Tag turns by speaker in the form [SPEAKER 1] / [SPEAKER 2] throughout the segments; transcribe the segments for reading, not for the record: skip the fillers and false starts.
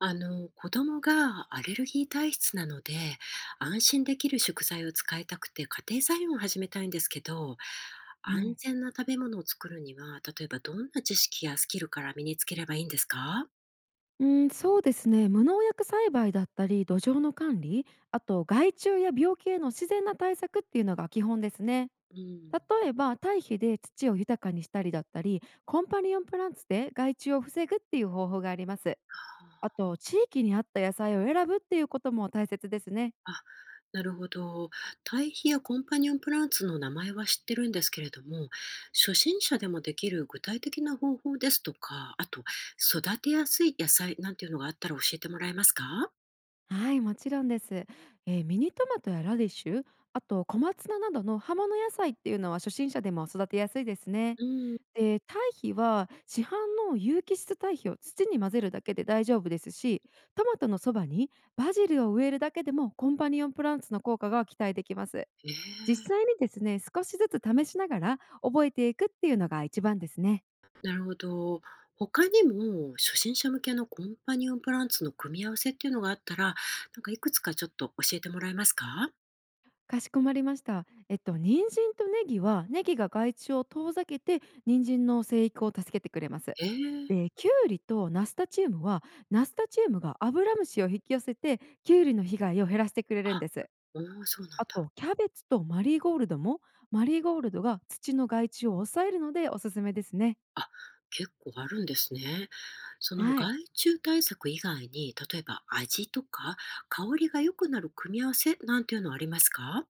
[SPEAKER 1] 子供がアレルギー体質なので、安心できる食材を使いたくて家庭菜園を始めたいんですけど、
[SPEAKER 2] う
[SPEAKER 1] 安
[SPEAKER 2] ん、
[SPEAKER 1] 全な食べ物を作るには、例えばどんな知識やスキルから身につければいいんですか？
[SPEAKER 2] うん、そうですね。無農薬栽培だったり土壌の管理、あと害虫や病気への自然な対策っていうのが基本ですね。
[SPEAKER 1] うん。
[SPEAKER 2] 例えば堆肥で土を豊かにしたりだったり、コンパニオンプランツで害虫を防ぐっていう方法があります。あと地域に合った野菜を選ぶっていうことも大切ですね。
[SPEAKER 1] あ、なるほど。堆肥やコンパニオンプランツの名前は知ってるんですけれども、初心者でもできる具体的な方法ですとか、あと育てやすい野菜なんていうのがあったら教えてもらえますか？
[SPEAKER 2] はい、もちろんです。ミニトマトやラディッシュ、あと小松菜などの葉物野菜っていうのは初心者でも育てやすいですね。
[SPEAKER 1] うん。
[SPEAKER 2] で、堆肥は市販の有機質堆肥を土に混ぜるだけで大丈夫ですし、トマトのそばにバジルを植えるだけでもコンパニオンプランツの効果が期待できます。
[SPEAKER 1] え
[SPEAKER 2] 実際
[SPEAKER 1] え、
[SPEAKER 2] にですね、少しずつ試しながら覚えていくっていうのが一番ですね。
[SPEAKER 1] なるほど。他にも初心者向けのコンパニオンプランツの組み合わせっていうのがあったら、なんかいくつかちょっと教えてもらえますか？
[SPEAKER 2] かしこまりました。人参とネギは、ネギが害虫を遠ざけて人参の生育を助けてくれます。
[SPEAKER 1] え
[SPEAKER 2] で、
[SPEAKER 1] え。
[SPEAKER 2] キュウリとナスタチウムは、ナスタチウムがアブラムシを引き寄せてキュウリの被害を減らしてくれ
[SPEAKER 1] あ、
[SPEAKER 2] るんです。
[SPEAKER 1] おお、そうな
[SPEAKER 2] あ
[SPEAKER 1] んだ。
[SPEAKER 2] とキャベツとマリーゴールドも、マリーゴールドが土の害虫を抑えるのでおすすめですね。
[SPEAKER 1] あ、結構あるんですね。その
[SPEAKER 2] はい。
[SPEAKER 1] 害虫対策以外に、例えば味とか香りが良くなる組み合わせなんていうのはありますか？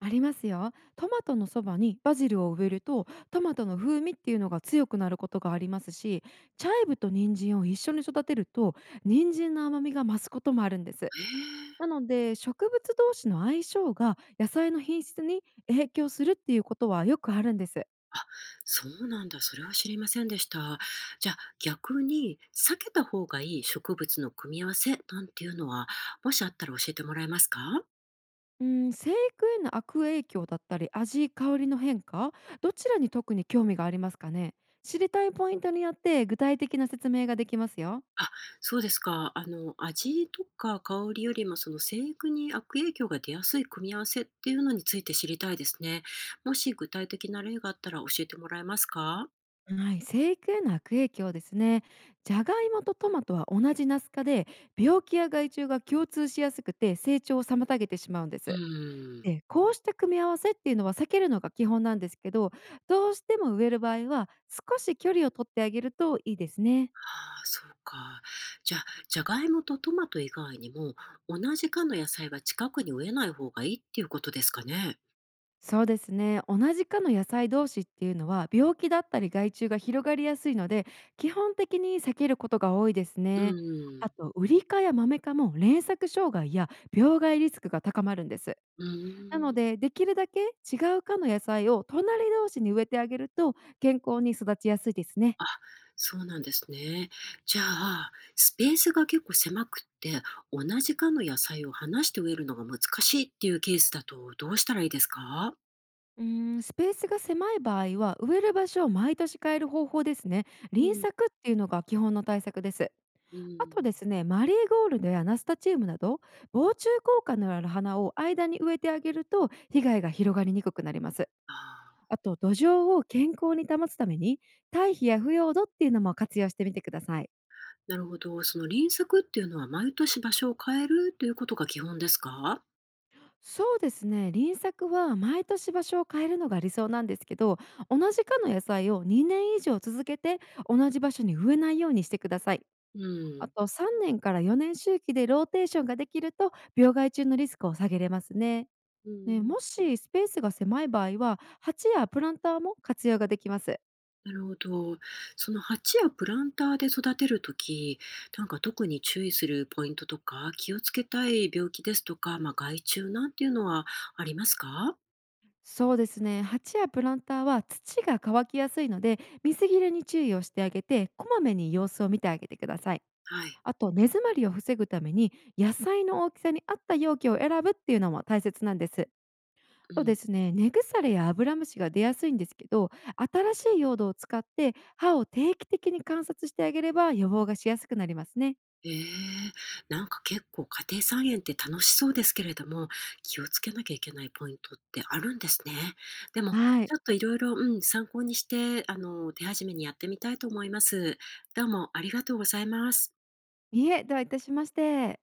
[SPEAKER 2] ありますよ。トマトのそばにバジルを植えるとトマトの風味っていうのが強くなることがありますし、チャイブと人参を一緒に育てると人参の甘みが増すこともあるんです。
[SPEAKER 1] ええ。
[SPEAKER 2] なので植物同士の相性が野菜の品質に影響するっていうことはよくあるんです。
[SPEAKER 1] あ、そうなんだ。それは知りませんでした。じゃあ、逆に避けた方がいい植物の組み合わせなんていうのは、もしあったら教えてもらえますか？
[SPEAKER 2] うん、生育への悪影響だったり味香りの変化、どちらに特に興味がありますかね。知りたいポイントによって具体的な説明ができますよ。
[SPEAKER 1] あ、そうですか。味とか香りよりも、その生育に悪影響が出やすい組み合わせっていうのについて知りたいですね。もし具体的な例があったら教えてもらえますか？
[SPEAKER 2] はい、生育への悪影響ですね。じゃがいもとトマトは同じナス科で、病気や害虫が共通しやすくて成長を妨げてしまうんで
[SPEAKER 1] う
[SPEAKER 2] す。
[SPEAKER 1] ん。
[SPEAKER 2] で、こうした組み合わせっていうのは避けるのが基本なんですけど、どうしても植える場合は少し距離を取ってあげるといいですね。
[SPEAKER 1] ああ、そうか。じゃあ、じゃがいもとトマト以外にも、同じ科の野菜は近くに植えない方がいいっていうことですかね？
[SPEAKER 2] そうですね、同じ科の野菜同士っていうのは病気だったり害虫が広がりやすいので、基本的に避けることが多いです
[SPEAKER 1] う
[SPEAKER 2] ね。
[SPEAKER 1] ー
[SPEAKER 2] あ
[SPEAKER 1] ん。
[SPEAKER 2] とウリ科やマメ科も連作障害や病害リスクが高まるんです。
[SPEAKER 1] う
[SPEAKER 2] なの
[SPEAKER 1] ーん。
[SPEAKER 2] でできるだけ違う科の野菜を隣同士に植えてあげると健康に育ちやすいですね。
[SPEAKER 1] あ、そうなんですね。じゃあ、スペースが結構狭くって、同じ科の野菜を離して植えるのが難しいっていうケースだと、どうしたらいいですか？
[SPEAKER 2] うーん、スペースが狭い場合は植える場所を毎年変える方法ですね。
[SPEAKER 1] う
[SPEAKER 2] 輪
[SPEAKER 1] ん、
[SPEAKER 2] 作っていうのが基本の対策です。
[SPEAKER 1] う
[SPEAKER 2] あ
[SPEAKER 1] ー
[SPEAKER 2] とで
[SPEAKER 1] ん。
[SPEAKER 2] すね、マリーゴールドやナスタチウムなど、防虫効果のある花を間に植えてあげると、被害が広がりにくくなります。
[SPEAKER 1] ああ、
[SPEAKER 2] あと、土壌を健康に保つために、堆肥や腐葉土っていうのも活用してみてください。
[SPEAKER 1] なるほど。その輪作っていうのは毎年場所を変えるということが基本ですか？
[SPEAKER 2] そうですね、輪作は毎年場所を変えるのが理想なんですけど、同じ科の野菜を2年以上続けて、同じ場所に植えないようにしてください。
[SPEAKER 1] う
[SPEAKER 2] あ
[SPEAKER 1] ん。
[SPEAKER 2] と3年から4年周期でローテーションができると病害虫のリスクを下げれますね。
[SPEAKER 1] う
[SPEAKER 2] ね、
[SPEAKER 1] ん
[SPEAKER 2] も
[SPEAKER 1] うん。
[SPEAKER 2] しスペースが狭い場合は鉢やプランターも活用ができます。
[SPEAKER 1] なるほど。その鉢やプランターで育てるとき、なんか特に注意するポイントとか、気をつけたい病気ですとか、まあ、害虫なんていうのはありますか？
[SPEAKER 2] そうですね、鉢やプランターは土が乾きやすいので水切れに注意をしてあげて、こまめに様子を見てあげてください。
[SPEAKER 1] はい。
[SPEAKER 2] あと根詰まりを防ぐために野菜の大きさに合った容器を選ぶっていうのも大切なんです。
[SPEAKER 1] う
[SPEAKER 2] あとで
[SPEAKER 1] ん。
[SPEAKER 2] すね、根腐れやアブラムシが出やすいんですけど、新しい用土を使って歯を定期的に観察してあげれば予防がしやすくなりますね。
[SPEAKER 1] ええ、なんか結構家庭菜園って楽しそうですけれども、気をつけなきゃいけないポイントってあるんですね。でも、
[SPEAKER 2] は
[SPEAKER 1] ち
[SPEAKER 2] い。
[SPEAKER 1] ょっといろいろ、うん、参考にして、手始めにやってみたいと思います。どうもありがとうございます。
[SPEAKER 2] いえ、どういたしまして。